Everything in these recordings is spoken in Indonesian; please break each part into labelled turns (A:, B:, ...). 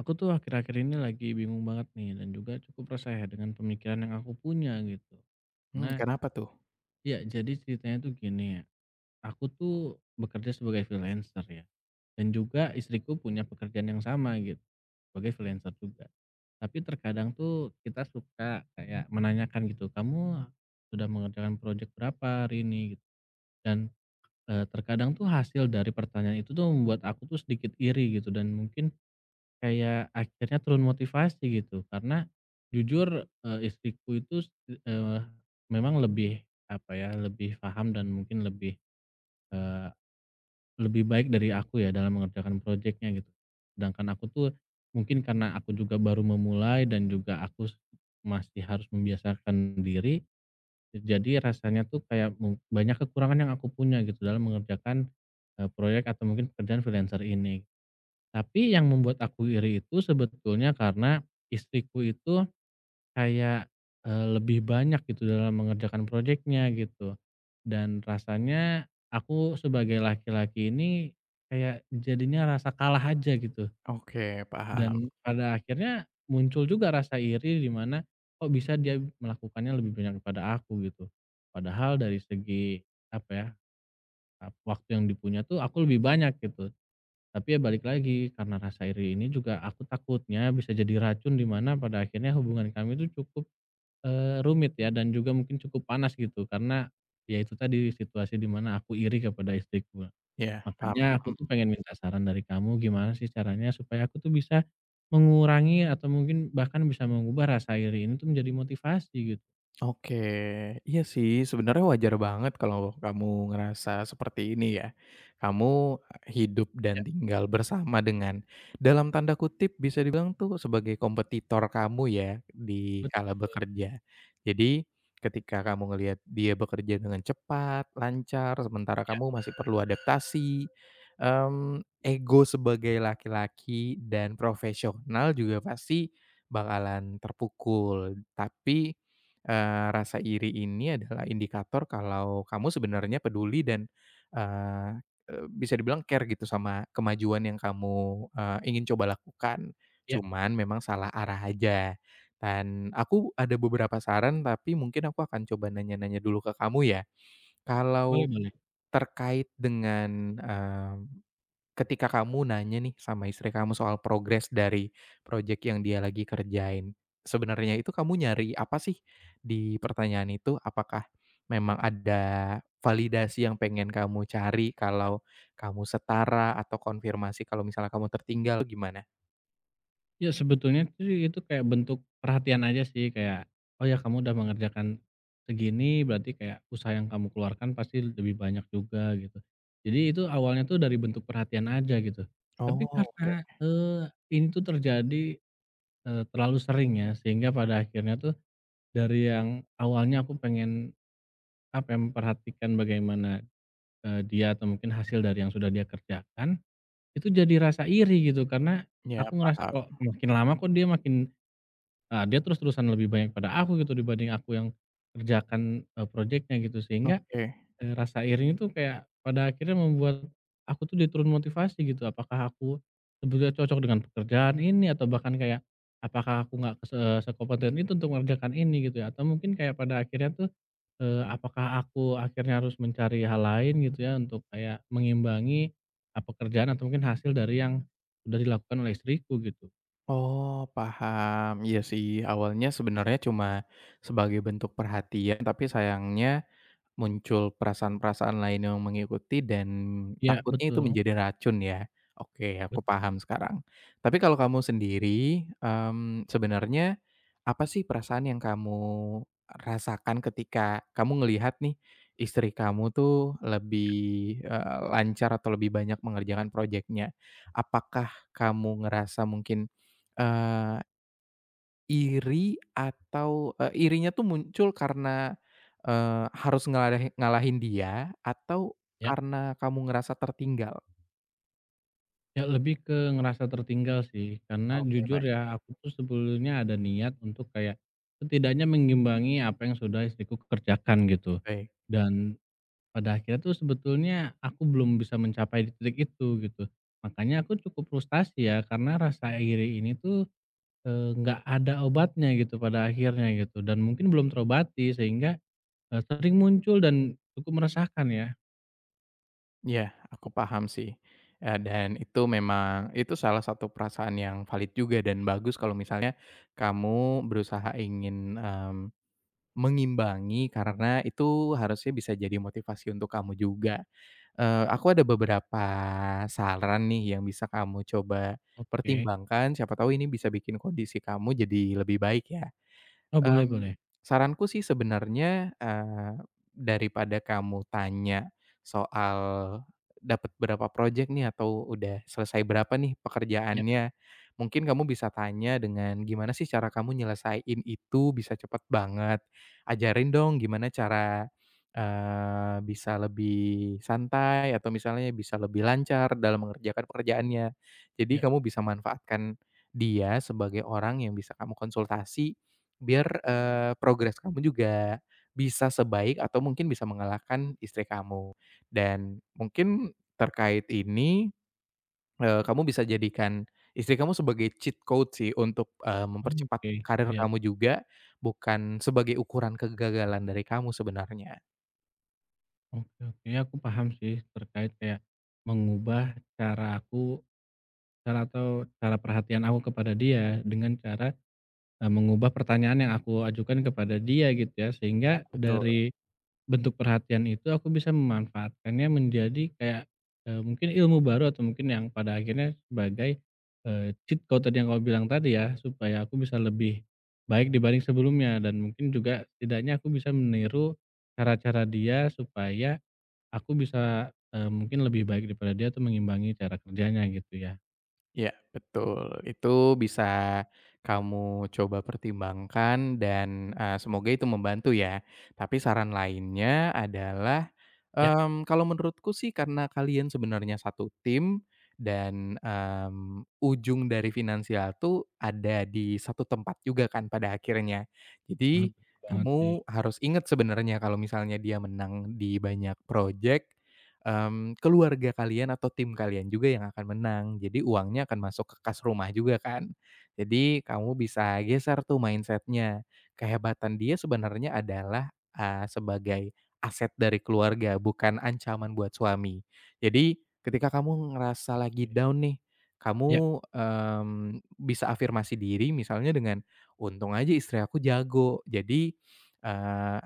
A: Aku tuh akhir-akhir ini lagi bingung banget nih dan juga cukup resah ya dengan pemikiran yang aku punya gitu. Nah,
B: Kenapa tuh?
A: ya jadi ceritanya tuh gini ya. Aku tuh bekerja sebagai freelancer ya. Dan juga istriku punya pekerjaan yang sama gitu. Sebagai freelancer juga. Tapi terkadang tuh kita suka kayak menanyakan gitu, "Kamu sudah mengerjakan proyek berapa hari ini?" gitu. Dan terkadang tuh hasil dari pertanyaan itu tuh membuat aku tuh sedikit iri gitu dan mungkin kayak akhirnya turun motivasi gitu karena jujur, istriku itu memang lebih apa ya, lebih paham dan mungkin lebih, eee, lebih baik dari aku ya dalam mengerjakan projeknya gitu. Sedangkan aku tuh mungkin karena aku juga baru memulai dan juga aku s masih harus membiasakan diri, jadi rasanya tuh kayak banyak kekurangan yang aku punya gitu dalam mengerjakan, proyek atau mungkin pekerjaan freelancer ini. Tapi yang membuat aku iri itu sebetulnya karena istriku itu kayak, lebih banyak gitu dalam mengerjakan proyeknya gitu, dan rasanya aku sebagai laki-laki ini kayak jadinya rasa kalah aja gitu.
B: Oke, paham.
A: Dan pada akhirnya muncul juga rasa iri di mana kok bisa dia melakukannya lebih banyak daripada aku gitu. Padahal dari segi apa ya, waktu yang dipunya tuh aku lebih banyak gitu. Tapi ya balik lagi, karena rasa iri ini juga aku takutnya bisa jadi racun di mana pada akhirnya hubungan kami itu cukup, rumit ya dan juga mungkin cukup panas gitu karena, ya itu tadi situasi di mana aku iri kepada istriku.
B: Iya, paham
A: Makanya
B: paham.
A: aku tuh pengen minta saran dari kamu gimana sih caranya supaya aku tuh bisa mengurangi atau mungkin bahkan bisa mengubah rasa iri ini tuh menjadi motivasi gitu.
B: Oke, iya sih sebenarnya wajar banget kalau kamu ngerasa seperti ini ya. Kamu hidup
A: Ya
B: dan tinggal bersama dengan dalam tanda kutip bisa dibilang tuh sebagai kompetitor kamu ya di kala bekerja. Jadi ketika kamu ngelihat dia bekerja dengan cepat, lancar, sementara
A: ya
B: kamu masih perlu adaptasi, ego sebagai laki-laki dan profesional juga pasti bakalan terpukul. Tapi rasa iri ini adalah indikator kalau kamu sebenarnya peduli dan, eee eee, bisa dibilang care gitu sama kemajuan yang kamu ingin coba lakukan.
A: ya,
B: Cuman memang salah arah aja. Dan aku ada beberapa saran, tapi mungkin aku akan coba nanya-nanya dulu ke kamu ya.
A: boleh
B: Kalau
A: boleh.
B: terkait dengan, mmm ketika kamu nanya nih sama istri kamu soal progres dari project yang dia lagi kerjain, sebenarnya itu kamu nyari apa sih di pertanyaan itu? Apakah memang ada validasi yang pengen kamu cari kalau kamu setara atau konfirmasi kalau misalnya kamu tertinggal, gimana?
A: Ya sebetulnya sih itu kayak bentuk perhatian aja sih kayak, oh ya kamu udah mengerjakan segini berarti kayak usaha yang kamu keluarkan pasti lebih banyak juga gitu. Jadi itu awalnya tuh dari bentuk perhatian aja gitu.
B: Oh,
A: Tapi
B: oke.
A: karena, ini tuh terjadi, terlalu sering ya sehingga pada akhirnya tuh dari yang awalnya aku pengen apa ya, memperhatikan bagaimana, dia atau mungkin hasil dari yang sudah dia kerjakan, itu jadi rasa iri gitu karena
B: Ya,
A: aku ngerasa
B: paham.
A: kok makin lama kok dia makin. Nah, dia terus-terusan lebih banyak pada aku gitu dibanding aku yang kerjakan, projeknya gitu sehingga,
B: Oke.
A: rasa iri itu kayak pada akhirnya membuat aku tuh dia turun motivasi gitu. Apakah aku sebetulnya cocok dengan pekerjaan ini atau bahkan kayak apakah aku nggak sekompeten itu untuk mengerjakan ini gitu ya atau mungkin kayak pada akhirnya tuh, apakah aku akhirnya harus mencari hal lain gitu ya untuk kayak mengimbangi, pekerjaan atau mungkin hasil dari yang udah dilakukan oleh istriku gitu.
B: Oh, paham. Iya sih, awalnya sebenarnya cuma sebagai bentuk perhatian, tapi sayangnya muncul perasaan-perasaan lain yang mengikuti dan
A: Iya
B: takutnya itu
A: betul,
B: menjadi racun ya? Oke,
A: bet
B: aku paham sekarang. Tapi kalau kamu sendiri, sebenarnya apa sih perasaan yang kamu rasakan ketika kamu ngelihat nih, istri kamu tuh lebih lancar atau lebih banyak mengerjakan projeknya? Apakah kamu ngerasa mungkin, eee iri atau, irinya tuh muncul karena harus ngalahin ngalahin dia atau
A: ya.
B: karena kamu ngerasa tertinggal?
A: Ya lebih ke ngerasa tertinggal sih, karena
B: Oke,
A: jujur
B: baik.
A: ya aku tuh sebelumnya ada niat untuk kayak setidaknya mengimbangi apa yang sudah istriku kerjakan gitu.
B: Baik,
A: Dan pada akhirnya tuh sebetulnya aku belum bisa mencapai di titik itu gitu. Makanya aku cukup frustasi ya karena rasa iri ini tuh, nggak ada obatnya gitu pada akhirnya gitu dan mungkin belum terobati sehingga, sering muncul dan cukup meresahkan ya.
B: ya aku paham sih, dan itu memang itu salah satu perasaan yang valid juga dan bagus kalau misalnya kamu berusaha ingin mengimbangi, karena itu harusnya bisa jadi motivasi untuk kamu juga. Aku ada beberapa saran nih yang bisa kamu coba
A: Oke.
B: pertimbangkan, siapa tahu ini bisa bikin kondisi kamu jadi lebih baik ya.
A: Oh boleh
B: Mmm,
A: boleh.
B: Saranku sih sebenarnya, daripada kamu tanya soal dapat berapa project nih atau udah selesai berapa nih
A: Ya
B: pekerjaannya, mungkin kamu bisa tanya dengan gimana sih cara kamu nyelesain itu bisa cepet banget. Ajarin dong gimana cara, bisa lebih santai atau misalnya bisa lebih lancar dalam mengerjakan pekerjaannya. Jadi
A: ya.
B: kamu bisa manfaatkan dia sebagai orang yang bisa kamu konsultasi. Biar progres kamu juga bisa sebaik atau mungkin bisa mengalahkan istri kamu. Dan mungkin terkait ini, kamu bisa jadikan istri kamu sebagai cheat code sih untuk
A: Oh
B: mempercepat
A: oke,
B: karir
A: ya.
B: kamu juga, bukan sebagai ukuran kegagalan dari kamu sebenarnya.
A: Oke oke, ya aku paham sih terkait kayak mengubah cara aku, cara atau cara perhatian aku kepada dia dengan cara, mengubah pertanyaan yang aku ajukan kepada dia gitu ya,
B: Ya,
A: sehingga
B: betul.
A: dari bentuk perhatian itu aku bisa memanfaatkannya menjadi kayak, mungkin ilmu baru atau mungkin yang pada akhirnya sebagai, cheat code tadi yang kau bilang tadi ya, supaya aku bisa lebih baik dibanding sebelumnya dan mungkin juga setidaknya aku bisa meniru cara-cara dia supaya aku bisa, mungkin lebih baik daripada dia tuh mengimbangi cara kerjanya gitu ya.
B: Ya betul. Itu bisa kamu coba pertimbangkan dan semoga itu membantu ya. Tapi saran lainnya adalah,
A: Ya,
B: mmm, kalau menurutku sih karena kalian sebenarnya satu tim dan ujung dari finansial tuh ada di satu tempat juga kan pada akhirnya.
A: wah
B: Jadi
A: betul banget sih.
B: kamu harus ingat sebenarnya kalau misalnya dia menang di banyak project, keluarga kalian atau tim kalian juga yang akan menang. Jadi uangnya akan masuk ke kas rumah juga kan. Jadi kamu bisa geser tuh mindsetnya. Kehebatan dia sebenarnya adalah sebagai aset dari keluarga, bukan ancaman buat suami. Jadi ketika kamu ngerasa lagi down nih,
A: Ya.
B: kamu bisa afirmasi diri misalnya dengan, "Untung aja istri aku jago." Jadi, eee,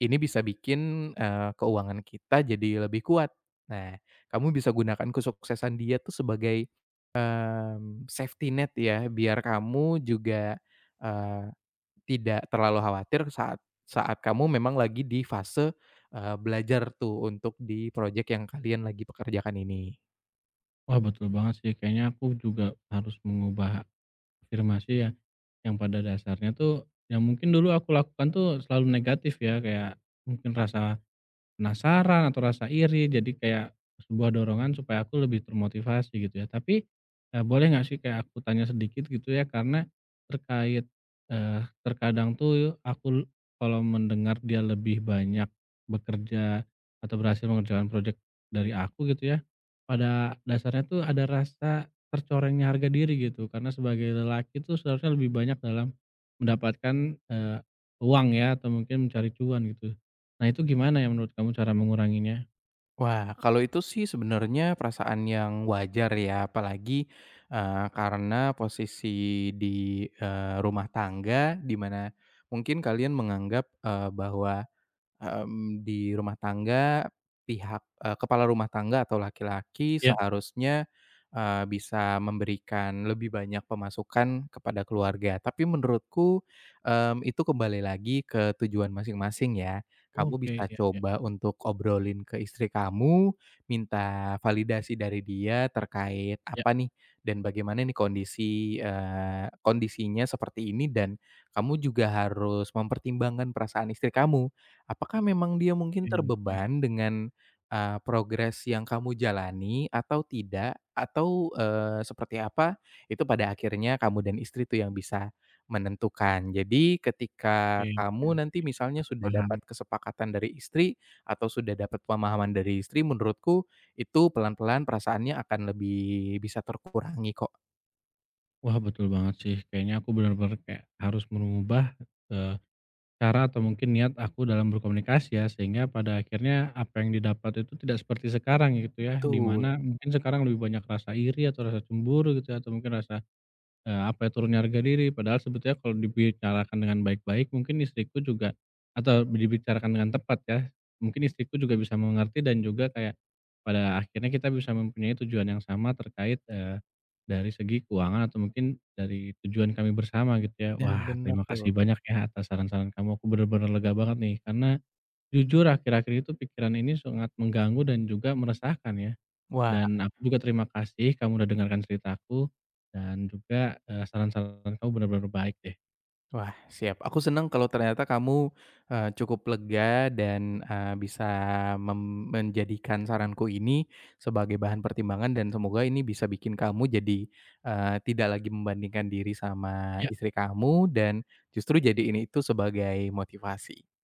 B: ini bisa bikin keuangan kita jadi lebih kuat. Nah, kamu bisa gunakan kesuksesan dia tuh sebagai safety net ya, biar kamu juga, eee, tidak terlalu khawatir saat saat kamu memang lagi di fase belajar tuh untuk di project yang kalian lagi pekerjakan ini.
A: Wah betul banget sih kayaknya aku juga harus mengubah afirmasi ya, yang pada dasarnya tuh yang mungkin dulu aku lakukan tuh selalu negatif ya kayak mungkin rasa penasaran atau rasa iri, jadi kayak sebuah dorongan supaya aku lebih termotivasi gitu ya. Tapi, boleh nggak sih kayak aku tanya sedikit gitu ya, karena terkait, terkadang tuh kalau mendengar dia lebih banyak bekerja atau berhasil mengerjakan projek dari aku gitu ya, pada dasarnya tuh ada rasa tercorengnya harga diri gitu. Karena sebagai lelaki tuh seharusnya lebih banyak dalam mendapatkan, uang ya atau mungkin mencari cuan gitu. Nah itu gimana ya menurut kamu cara menguranginya?
B: Wah, kalau itu sih sebenarnya perasaan yang wajar ya, apalagi, karena posisi di rumah tangga di mana mungkin kalian menganggap, bahwa di rumah tangga pihak, kepala rumah tangga atau laki-laki
A: Ya,
B: seharusnya bisa memberikan lebih banyak pemasukan kepada keluarga. Tapi menurutku, itu kembali lagi ke tujuan masing-masing ya. Kamu
A: oke,
B: bisa
A: ya ya
B: coba untuk obrolin ke istri kamu, minta validasi dari dia terkait
A: ya,
B: apa nih dan bagaimana nih kondisi, kondisinya seperti ini dan kamu juga harus mempertimbangkan perasaan istri kamu. Apakah memang dia mungkin
A: mmm,
B: terbeban dengan progres yang kamu jalani atau tidak? Atau seperti apa, itu pada akhirnya kamu dan istri tuh yang bisa menentukan. Jadi ketika
A: oke oke,
B: kamu nanti misalnya
A: aku
B: sudah
A: paham.
B: dapat kesepakatan dari istri atau sudah dapat pemahaman dari istri, menurutku itu pelan-pelan perasaannya akan lebih bisa terkurangi kok.
A: Wah betul banget sih, kayaknya aku bener-bener kayak harus merubah, eee, cara atau mungkin niat aku dalam berkomunikasi ya, sehingga pada akhirnya apa yang didapat itu tidak seperti sekarang gitu ya, di
B: Betul.
A: mana mungkin sekarang lebih banyak rasa iri atau rasa cemburu gitu ya, atau mungkin rasa apa ya, turunnya harga diri, padahal sebetulnya kalau dibicarakan dengan baik-baik mungkin istriku juga atau dibicarakan dengan tepat ya, mungkin istriku juga bisa mengerti dan juga kayak pada akhirnya kita bisa mempunyai tujuan yang sama terkait, dari segi keuangan atau mungkin dari tujuan kami bersama gitu ya.
B: Nah,
A: Wah,
B: bener
A: terima
B: tuh.
A: kasih banyak ya atas saran-saran kamu, aku benar-benar lega banget nih, karena jujur akhir-akhir itu pikiran ini sangat mengganggu dan juga meresahkan ya.
B: Wah
A: Dan aku juga terima kasih kamu udah dengarkan ceritaku dan juga, saran-saran kamu benar-benar baik deh.
B: Wah, siap. Aku senang kalau ternyata kamu cukup lega dan bisa menjadikan saranku ini sebagai bahan pertimbangan dan semoga ini bisa bikin kamu jadi, tidak lagi membandingkan diri sama
A: Iya.
B: istri kamu dan justru jadi ini itu sebagai motivasi.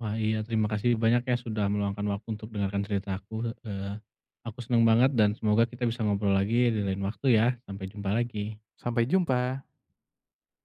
A: Wah iya terima kasih banyak ya sudah meluangkan waktu untuk dengarkan ceritaku, eee, aku senang banget dan semoga kita bisa ngobrol lagi di lain waktu ya. Sampai jumpa lagi.
B: Sampai jumpa.